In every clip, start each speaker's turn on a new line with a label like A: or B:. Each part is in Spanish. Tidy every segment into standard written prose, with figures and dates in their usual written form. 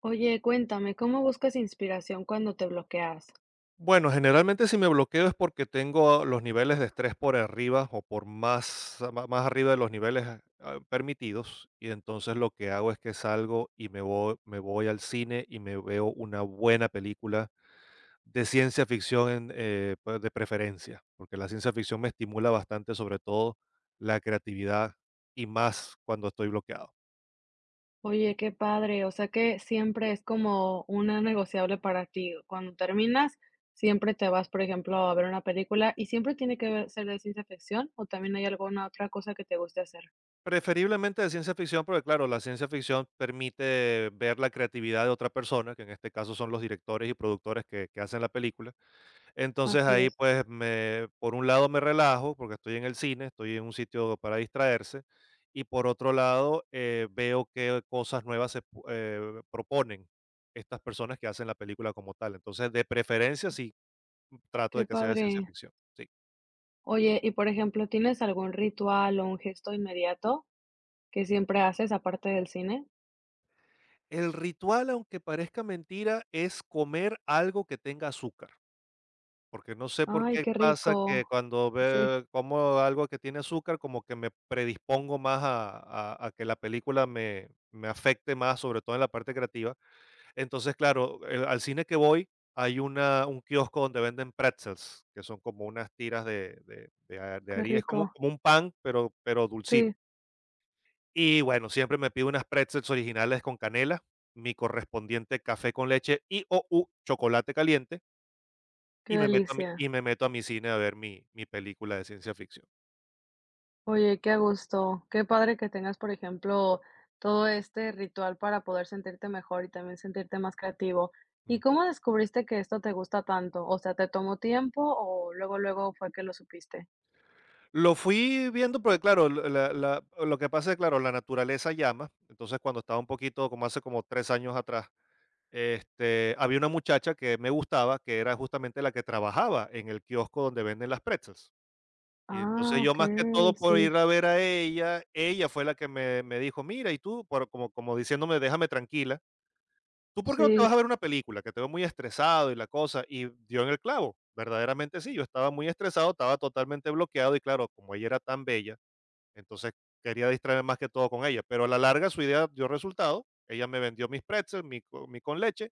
A: Oye, cuéntame, ¿cómo buscas inspiración cuando te bloqueas?
B: Bueno, generalmente si me bloqueo es porque tengo los niveles de estrés por arriba o por más, más arriba de los niveles permitidos y entonces lo que hago es que salgo y me voy al cine y me veo una buena película de ciencia ficción en, pues, de preferencia, porque la ciencia ficción me estimula bastante, sobre todo la creatividad y más cuando estoy bloqueado.
A: Oye, qué padre, o sea que siempre es como una negociable para ti. Cuando terminas, siempre te vas, por ejemplo, a ver una película y siempre tiene que ser de ciencia ficción o también hay alguna otra cosa que te guste hacer.
B: Preferiblemente de ciencia ficción, porque claro, la ciencia ficción permite ver la creatividad de otra persona, que en este caso son los directores y productores que hacen la película. Entonces
A: Así
B: ahí
A: es,
B: pues me, por un lado me relajo, porque estoy en el cine, estoy en un sitio para distraerse, y por otro lado veo qué cosas nuevas proponen estas personas que hacen la película como tal. Entonces de preferencia sí trato
A: qué
B: de que sea de ciencia
A: padre.
B: ficción. Sí.
A: Oye, y por ejemplo, ¿tienes algún ritual o un gesto inmediato que siempre haces aparte del cine?
B: El ritual, aunque parezca mentira, es comer algo que tenga azúcar. Porque no sé por
A: Ay,
B: qué
A: qué
B: pasa que
A: rico.
B: cuando
A: Sí,
B: ve como algo que tiene azúcar, como que me predispongo más a que la película me afecte más, sobre todo en la parte creativa. Entonces, claro, el al cine que voy hay una un kiosco donde venden pretzels, que son como unas tiras de
A: qué
B: harina, es como
A: rico.
B: como un pan, pero dulcito.
A: Sí,
B: Y bueno, siempre me pido unas pretzels originales con canela, mi correspondiente café con leche y o u chocolate caliente.
A: qué
B: Y
A: delicia.
B: me meto a mi cine a ver mi película de ciencia ficción.
A: Oye, qué a gusto. Qué padre que tengas, por ejemplo, todo este ritual para poder sentirte mejor y también sentirte más creativo. ¿Y
B: Ujú.
A: cómo descubriste que esto te gusta tanto? O sea, ¿te tomó tiempo o luego, luego fue que lo supiste?
B: Lo fui viendo porque, claro, l la la lo que pasa es, claro, la naturaleza llama. Entonces, cuando estaba un poquito, como hace como 3 años atrás, este, había una muchacha que me gustaba, que era justamente la que trabajaba en el kiosco donde venden las pretzels. Y
A: Ah,
B: entonces yo más que
A: okey,
B: todo por
A: sí,
B: ir a ver a ella, ella fue la que me dijo: "Mira, y tú", por como diciéndome: "Déjame tranquila". ¿Tú por qué no te
A: sí.
B: vas a ver una película? Que te veo muy estresado y la cosa, y dio en el clavo. Verdaderamente sí, yo estaba muy estresado, estaba totalmente bloqueado y claro, como ella era tan bella, entonces quería distraerme más que todo con ella, pero a la larga su idea dio resultado, ella me vendió mis pretzels, mi con leche,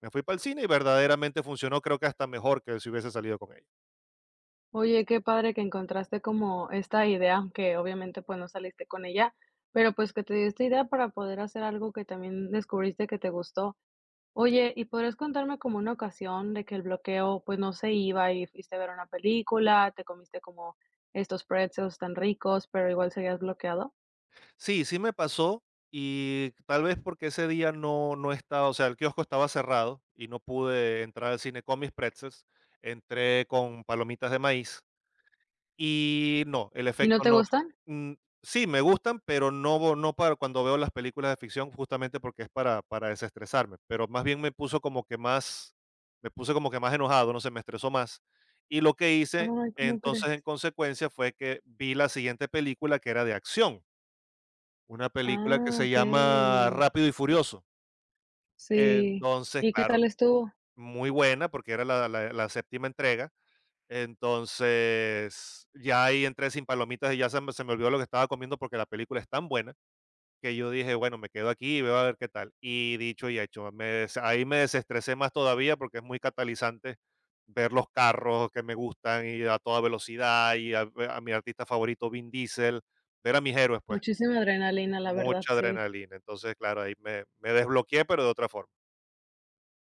B: me fui para el cine y verdaderamente funcionó, creo que hasta mejor que si hubiese salido con ella.
A: Oye, qué padre que encontraste como esta idea, aunque obviamente, pues, no saliste con ella, pero, pues, que te dio esta idea para poder hacer algo que también descubriste que te gustó. Oye, ¿y podrías contarme como una ocasión de que el bloqueo, pues, no se iba y fuiste a ver una película, te comiste como estos pretzels tan ricos, pero igual seguías bloqueado?
B: Sí, sí me pasó y tal vez porque ese día no estaba, o sea, el kiosco estaba cerrado y no pude entrar al cine con mis pretzels, entré con palomitas de maíz y no, el
A: ¿Y no
B: efecto
A: te
B: no.
A: gustan?
B: Mm. Sí, me gustan, pero no, no para cuando veo las películas de ficción, justamente porque es para desestresarme, pero más bien me puso como que más, me puse como que más enojado, no sé, me estresó más. Y lo que hice
A: Ay, ¿cómo crees?
B: entonces en consecuencia fue que vi la siguiente película que era de acción, una película que
A: Ah,
B: se llama
A: okey.
B: Rápido y Furioso.
A: Sí.
B: Entonces,
A: ¿Y qué
B: claro,
A: tal estuvo?
B: muy buena, porque era la séptima entrega. Entonces, ya ahí entré sin palomitas y ya se me olvidó lo que estaba comiendo, porque la película es tan buena que yo dije: "Bueno, me quedo aquí y veo a ver qué tal". Y dicho y hecho, me des ahí me desestresé más todavía, porque es muy catalizante ver los carros que me gustan y a toda velocidad, y a mi artista favorito, Vin Diesel, ver a mis héroes, pues.
A: Muchísima adrenalina, la verdad,
B: Mucha
A: sí.
B: adrenalina. Entonces, claro, ahí me desbloqueé, pero de otra forma.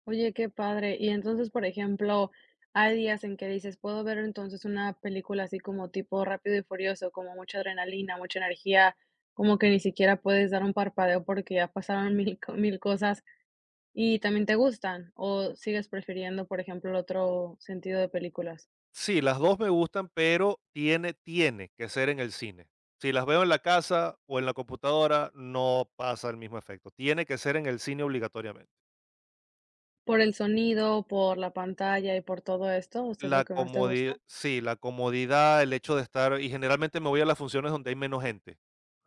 A: Oye, qué padre. Y entonces, por ejemplo, hay días en que dices, puedo ver entonces una película así como tipo Rápido y Furioso, como mucha adrenalina, mucha energía, como que ni siquiera puedes dar un parpadeo porque ya pasaron mil, mil cosas y también te gustan, o sigues prefiriendo, por ejemplo, el otro sentido de películas.
B: Sí, las dos me gustan, pero tiene que ser en el cine. Si las veo en la casa o en la computadora, no pasa el mismo efecto. Tiene que ser en el cine obligatoriamente.
A: Por el sonido, por la pantalla y por todo esto, ¿usted es lo
B: La
A: que más te
B: comodidad,
A: gusta?
B: sí, la comodidad, el hecho de estar, y generalmente me voy a las funciones donde hay menos gente.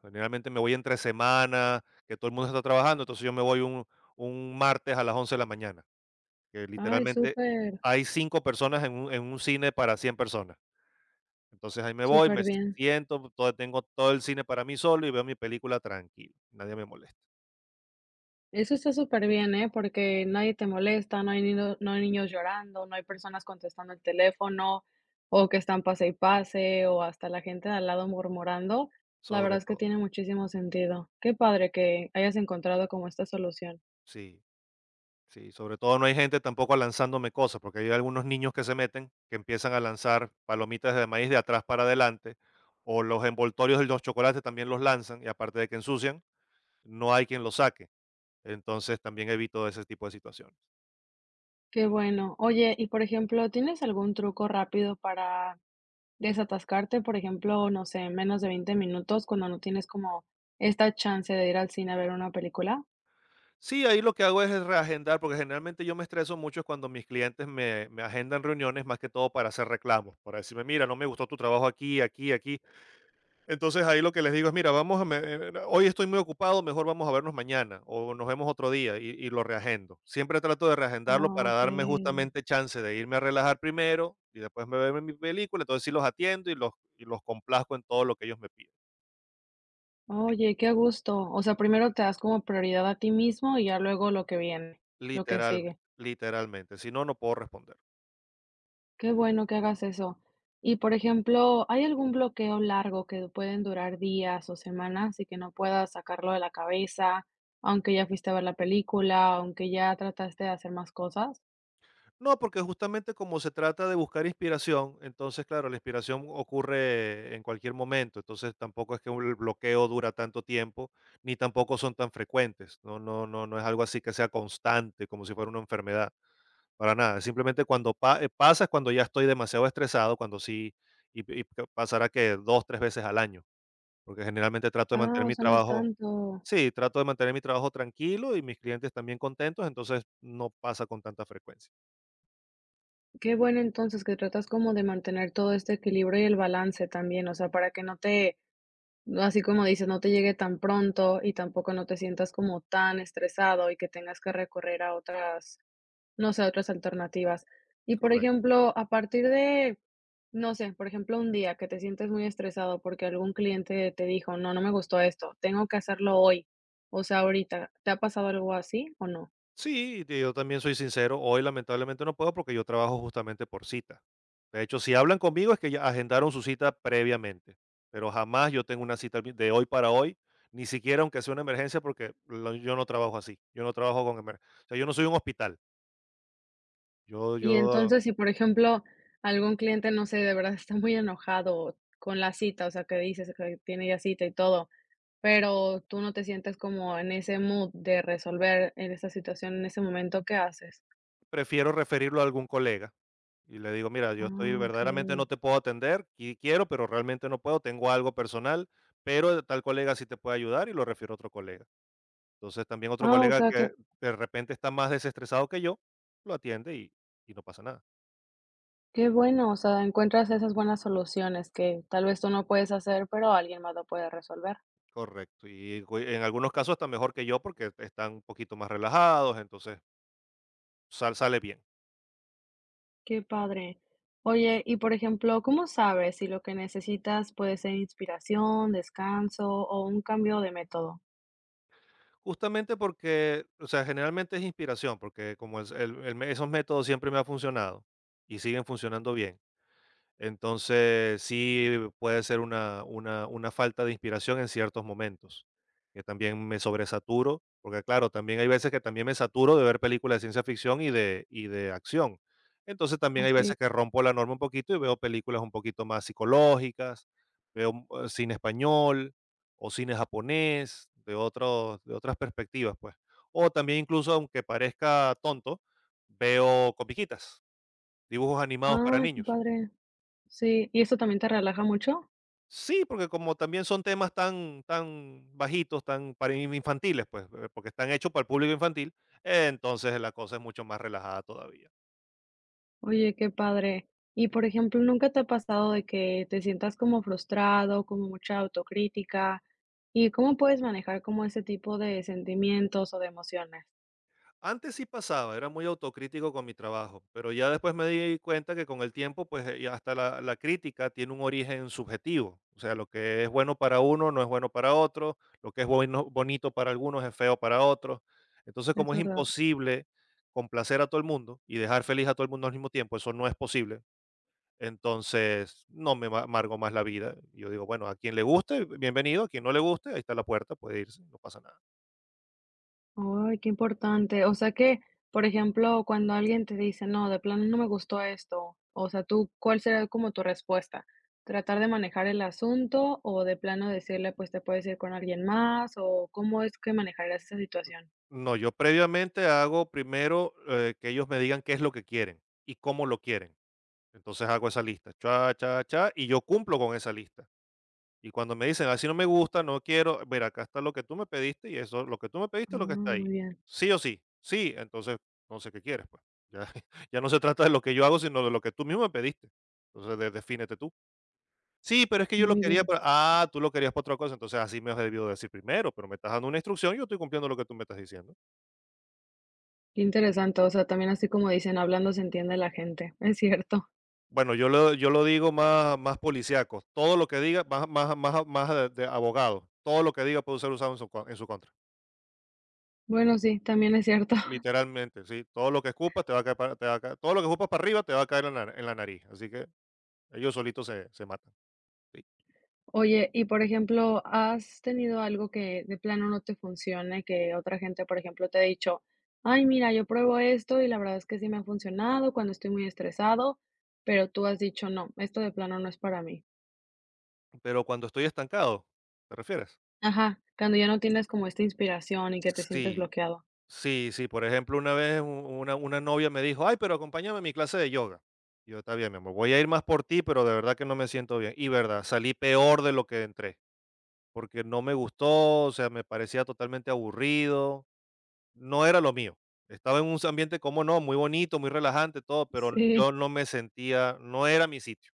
B: Generalmente me voy entre semana, que todo el mundo está trabajando, entonces yo me voy un martes a las 11 de la mañana. Que
A: Ay,
B: literalmente
A: súper,
B: hay 5 personas en un cine para 100 personas. Entonces, ahí me voy, me
A: súper bien.
B: siento, todo tengo todo el cine para mí solo y veo mi película tranquilo, nadie me molesta,
A: Eso está súper bien, ¿eh? Porque nadie te molesta, no hay niño no hay niños llorando, no hay personas contestando el teléfono, o que están pase y pase, o hasta la gente de al lado murmurando. La verdad
B: sobre
A: es que
B: todo.
A: tiene muchísimo sentido. Qué padre que hayas encontrado como esta solución.
B: Sí, sí, sobre todo no hay gente tampoco lanzándome cosas, porque hay algunos niños que se meten, que empiezan a lanzar palomitas de maíz de atrás para adelante, o los envoltorios de los chocolates también los lanzan, y aparte de que ensucian, no hay quien los saque. Entonces, también evito ese tipo de situaciones.
A: Qué bueno. Oye, y por ejemplo, ¿tienes algún truco rápido para desatascarte? Por ejemplo, no sé, en menos de 20 minutos, cuando no tienes como esta chance de ir al cine a ver una película.
B: Sí, ahí lo que hago es reagendar, porque generalmente yo me estreso mucho cuando mis clientes me agendan reuniones, más que todo para hacer reclamos, para decirme, mira, no me gustó tu trabajo aquí, aquí, aquí. Entonces ahí lo que les digo es, mira, hoy estoy muy ocupado, mejor vamos a vernos mañana o nos vemos otro día y lo reagendo. Siempre trato de reagendarlo
A: Ah,
B: para darme
A: okey.
B: justamente chance de irme a relajar primero y después me veo mi película, entonces sí los atiendo y los complazco en todo lo que ellos me piden.
A: Oye, qué a gusto. O sea, primero te das como prioridad a ti mismo y ya luego lo que viene, lo que sigue.
B: Literalmente, literalmente. Si no, no puedo responder.
A: Qué bueno que hagas eso. Y, por ejemplo, ¿hay algún bloqueo largo que pueden durar días o semanas y que no puedas sacarlo de la cabeza, aunque ya fuiste a ver la película, aunque ya trataste de hacer más cosas?
B: No, porque justamente como se trata de buscar inspiración, entonces, claro, la inspiración ocurre en cualquier momento, entonces tampoco es que el bloqueo dura tanto tiempo, ni tampoco son tan frecuentes, no, no, no, no es algo así que sea constante, como si fuera una enfermedad, para nada, simplemente cuando pasa es cuando ya estoy demasiado estresado, cuando sí, y, pasará que dos, tres veces al año, porque generalmente trato de
A: Ah,
B: mantener
A: o
B: mi
A: sea, no es
B: trabajo,
A: tanto.
B: sí, trato de mantener mi trabajo tranquilo y mis clientes también contentos, entonces no pasa con tanta frecuencia.
A: Qué bueno entonces que tratas como de mantener todo este equilibrio y el balance también, o sea, para que no te Así como dices, no te llegue tan pronto y tampoco no te sientas como tan estresado y que tengas que recorrer a otras, no sé, a otras alternativas. Y por
B: Correcto.
A: ejemplo, a partir de, no sé, por ejemplo, un día que te sientes muy estresado porque algún cliente te dijo, no, no me gustó esto, tengo que hacerlo hoy, o sea, ahorita, ¿te ha pasado algo así o no?
B: Sí, y yo también soy sincero, hoy lamentablemente no puedo porque yo trabajo justamente por cita. De hecho, si hablan conmigo es que ya agendaron su cita previamente, pero jamás yo tengo una cita de hoy para hoy, ni siquiera aunque sea una emergencia, porque yo no trabajo así, yo no trabajo con emergencias. O sea, yo no soy un hospital, yo,
A: Y
B: yo
A: entonces, si por ejemplo, algún cliente, no sé, de verdad está muy enojado con la cita, o sea, que dices que tiene ya cita y todo. Pero tú no te sientes como en ese mood de resolver en esa situación, en ese momento, ¿qué haces?
B: prefiero referirlo a algún colega y le digo, mira, yo estoy
A: Ah,
B: verdaderamente
A: okay.
B: no te puedo atender, quiero, pero realmente no puedo, tengo algo personal, pero tal colega sí te puede ayudar y lo refiero a otro colega. Entonces, también otro
A: Ah, o
B: colega
A: qué
B: que de repente está más desestresado que yo, lo atiende y no pasa nada.
A: qué bueno, o sea, encuentras esas buenas soluciones que tal vez tú no puedes hacer, pero alguien más lo puede resolver.
B: Correcto. Y cu en algunos casos está mejor que yo, porque están un poquito más relajados, entonces sale bien.
A: Qué padre. Oye, y por ejemplo, ¿cómo sabes si lo que necesitas puede ser inspiración, descanso o un cambio de método?
B: Justamente porque, o sea, generalmente es inspiración, porque como es el me esos métodos siempre me ha funcionado y siguen funcionando bien. Entonces, sí puede ser una falta de inspiración en ciertos momentos, que también me sobresaturo, porque claro, también hay veces que también me saturo de ver películas de ciencia ficción y de acción. Entonces, también hay
A: Así.
B: veces que rompo la norma un poquito y veo películas un poquito más psicológicas, veo, mm, cine español o cine japonés, de otros de otras perspectivas, pues. O también incluso, aunque parezca tonto, veo comiquitas, dibujos animados para
A: Ah, qué
B: niños.
A: padre. Sí, ¿y eso también te relaja mucho?
B: Sí, porque como también son temas tan, tan bajitos, tan para infantiles, pues, porque están hechos para el público infantil, entonces la cosa es mucho más relajada todavía.
A: Oye, qué padre. Y
B: Sí.
A: por ejemplo, ¿nunca te ha pasado de que te sientas como frustrado, como mucha autocrítica? ¿Y cómo puedes manejar como ese tipo de sentimientos o de emociones?
B: Antes sí pasaba, era muy autocrítico con mi trabajo, pero ya después me di cuenta que con el tiempo, pues, y hasta la crítica tiene un origen subjetivo. O sea, lo que es bueno para uno no es bueno para otro, lo que es bueno, bonito para algunos es feo para otros. Entonces,
A: Es
B: como es
A: verdad.
B: imposible complacer a todo el mundo y dejar feliz a todo el mundo al mismo tiempo, eso no es posible. Entonces, no me amargo más la vida. Yo digo, bueno, a quien le guste, bienvenido, a quien no le guste, ahí está la puerta, puede irse, no pasa nada.
A: Ay, qué importante. O sea que, por ejemplo, cuando alguien te dice, no, de plano no me gustó esto, o sea, tú, ¿cuál será como tu respuesta? ¿Tratar de manejar el asunto o de plano decirle, pues te puedes ir con alguien más? ¿O cómo es que manejarás esa situación?
B: No, yo previamente hago primero que ellos me digan qué es lo que quieren y cómo lo quieren. Entonces hago esa lista, cha, cha, cha, y yo cumplo con esa lista. Y cuando me dicen, así no me gusta, no quiero, ver, acá está lo que tú me pediste y eso, lo que tú me
A: Ah,
B: pediste es lo que está ahí. Sí o sí, sí, entonces no sé qué quieres, pues. Ya, ya no se trata de lo que yo hago, sino de lo que tú mismo me pediste. Entonces, defínete tú. Sí, pero es que yo lo
A: muy
B: quería
A: bien.
B: para tú lo querías para otra cosa, entonces así me has debido decir primero, pero me estás dando una instrucción, y yo estoy cumpliendo lo que tú me estás diciendo.
A: Qué interesante, o sea, también así como dicen, hablando se entiende la gente, es cierto.
B: Bueno, yo lo digo más policíaco, todo lo que diga, más de abogado, todo lo que diga puede ser usado en su con en su contra.
A: Bueno, sí, también es cierto.
B: Literalmente, sí, todo lo que escupas te va a caer todo lo que escupas para arriba te va a caer en la nariz, así que ellos solitos se matan, sí.
A: Oye, y por ejemplo, ¿has tenido algo que de plano no te funcione, que otra gente, por ejemplo, te ha dicho, ay, mira, yo pruebo esto y la verdad es que sí me ha funcionado cuando estoy muy estresado, pero tú has dicho, no, esto de plano no es para mí?
B: Pero cuando estoy estancado, ¿te refieres?
A: Ajá, cuando ya no tienes como esta inspiración y que te sientes
B: Sí.
A: bloqueado.
B: Sí, sí, por ejemplo, una vez una novia me dijo, ay, pero acompáñame a mi clase de yoga. Y yo, está bien, mi amor, voy a ir más por ti, pero de verdad que no me siento bien. Y verdad, salí peor de lo que entré, porque no me gustó, o sea, me parecía totalmente aburrido, no era lo mío. Estaba en un ambiente, como no, muy bonito, muy relajante, todo, pero
A: Sí.
B: yo no me sentía, no era mi sitio.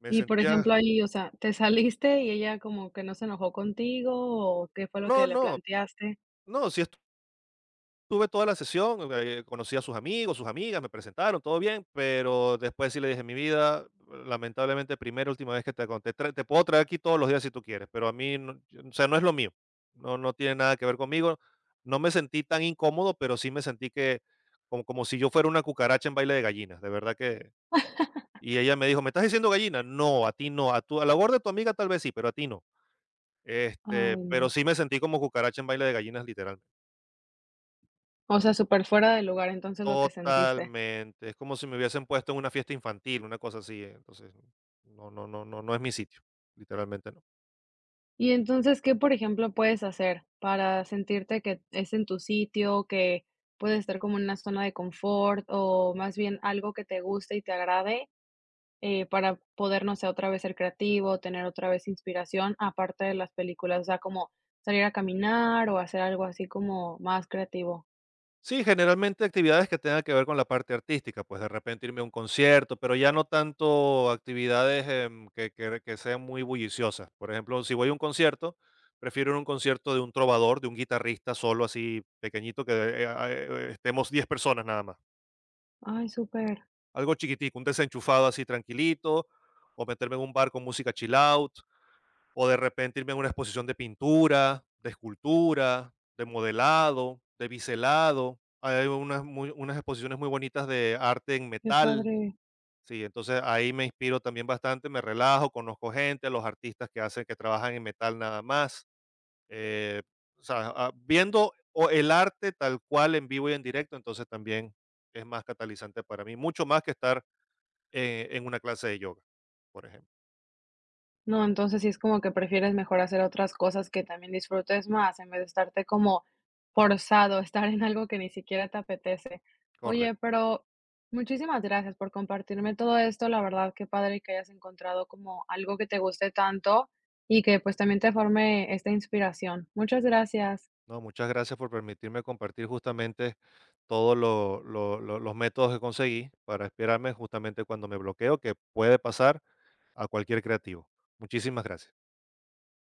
B: Me
A: Y, por
B: sentía,
A: ejemplo, ahí, o sea, ¿te saliste y ella como que no se enojó contigo o qué fue lo que
B: no,
A: le
B: no,
A: planteaste?
B: no, si tuve toda la sesión, conocí a sus amigos, sus amigas, me presentaron, todo bien, pero después sí le dije, mi vida, lamentablemente, primera última vez que te conté, te puedo traer aquí todos los días si tú quieres, pero a mí, o sea, no es lo mío, no, no tiene nada que ver conmigo, no me sentí tan incómodo, pero sí me sentí que, como, como si yo fuera una cucaracha en baile de gallinas, de verdad que, y ella me dijo, ¿me estás diciendo gallina? No, a ti no, a, tu, a la voz de tu amiga tal vez sí, pero a ti no, este,
A: Ay,
B: pero
A: no.
B: sí me sentí como cucaracha en baile de gallinas, literal.
A: O sea, súper fuera de lugar, entonces, lo que sentiste.
B: Totalmente. Es como si me hubiesen puesto en una fiesta infantil, una cosa así. Entonces, no, no, no, no, no es mi sitio. Literalmente no.
A: Y entonces, ¿qué, por ejemplo, puedes hacer para sentirte que es en tu sitio, que puedes estar como en una zona de confort o más bien algo que te guste y te agrade, para poder, no sé, otra vez ser creativo, tener otra vez inspiración, aparte de las películas? O sea, como salir a caminar o hacer algo así como más creativo.
B: Sí, generalmente actividades que tengan que ver con la parte artística, pues de repente irme a un concierto, pero ya no tanto actividades que, que sean muy bulliciosas. Por ejemplo, si voy a un concierto, prefiero ir a un concierto de un trovador, de un guitarrista solo así pequeñito, que estemos 10 personas nada más.
A: Ay, súper,
B: Algo chiquitico, un desenchufado así tranquilito, o meterme en un bar con música chill out o de repente irme a una exposición de pintura, de escultura, de modelado, de biselado. Hay unas, unas exposiciones muy bonitas de arte en
A: qué
B: metal.
A: padre.
B: Sí, entonces ahí me inspiro también bastante, me relajo, conozco gente, los artistas que hacen, que trabajan en metal nada más. eh, o sea, viendo o el arte tal cual en vivo y en directo, entonces también es más catalizante para mí, mucho más que estar en una clase de yoga, por ejemplo.
A: No, entonces sí es como que prefieres mejor hacer otras cosas que también disfrutes más, en vez de estarte como forzado a estar en algo que ni siquiera te apetece. Oye,
B: Correcto.
A: pero muchísimas gracias por compartirme todo esto. La verdad, qué padre que hayas encontrado como algo que te guste tanto y que pues también te forme esta inspiración. Muchas gracias.
B: No, muchas gracias por permitirme compartir justamente todos los métodos que conseguí para inspirarme justamente cuando me bloqueo, que puede pasar a cualquier creativo. Muchísimas gracias.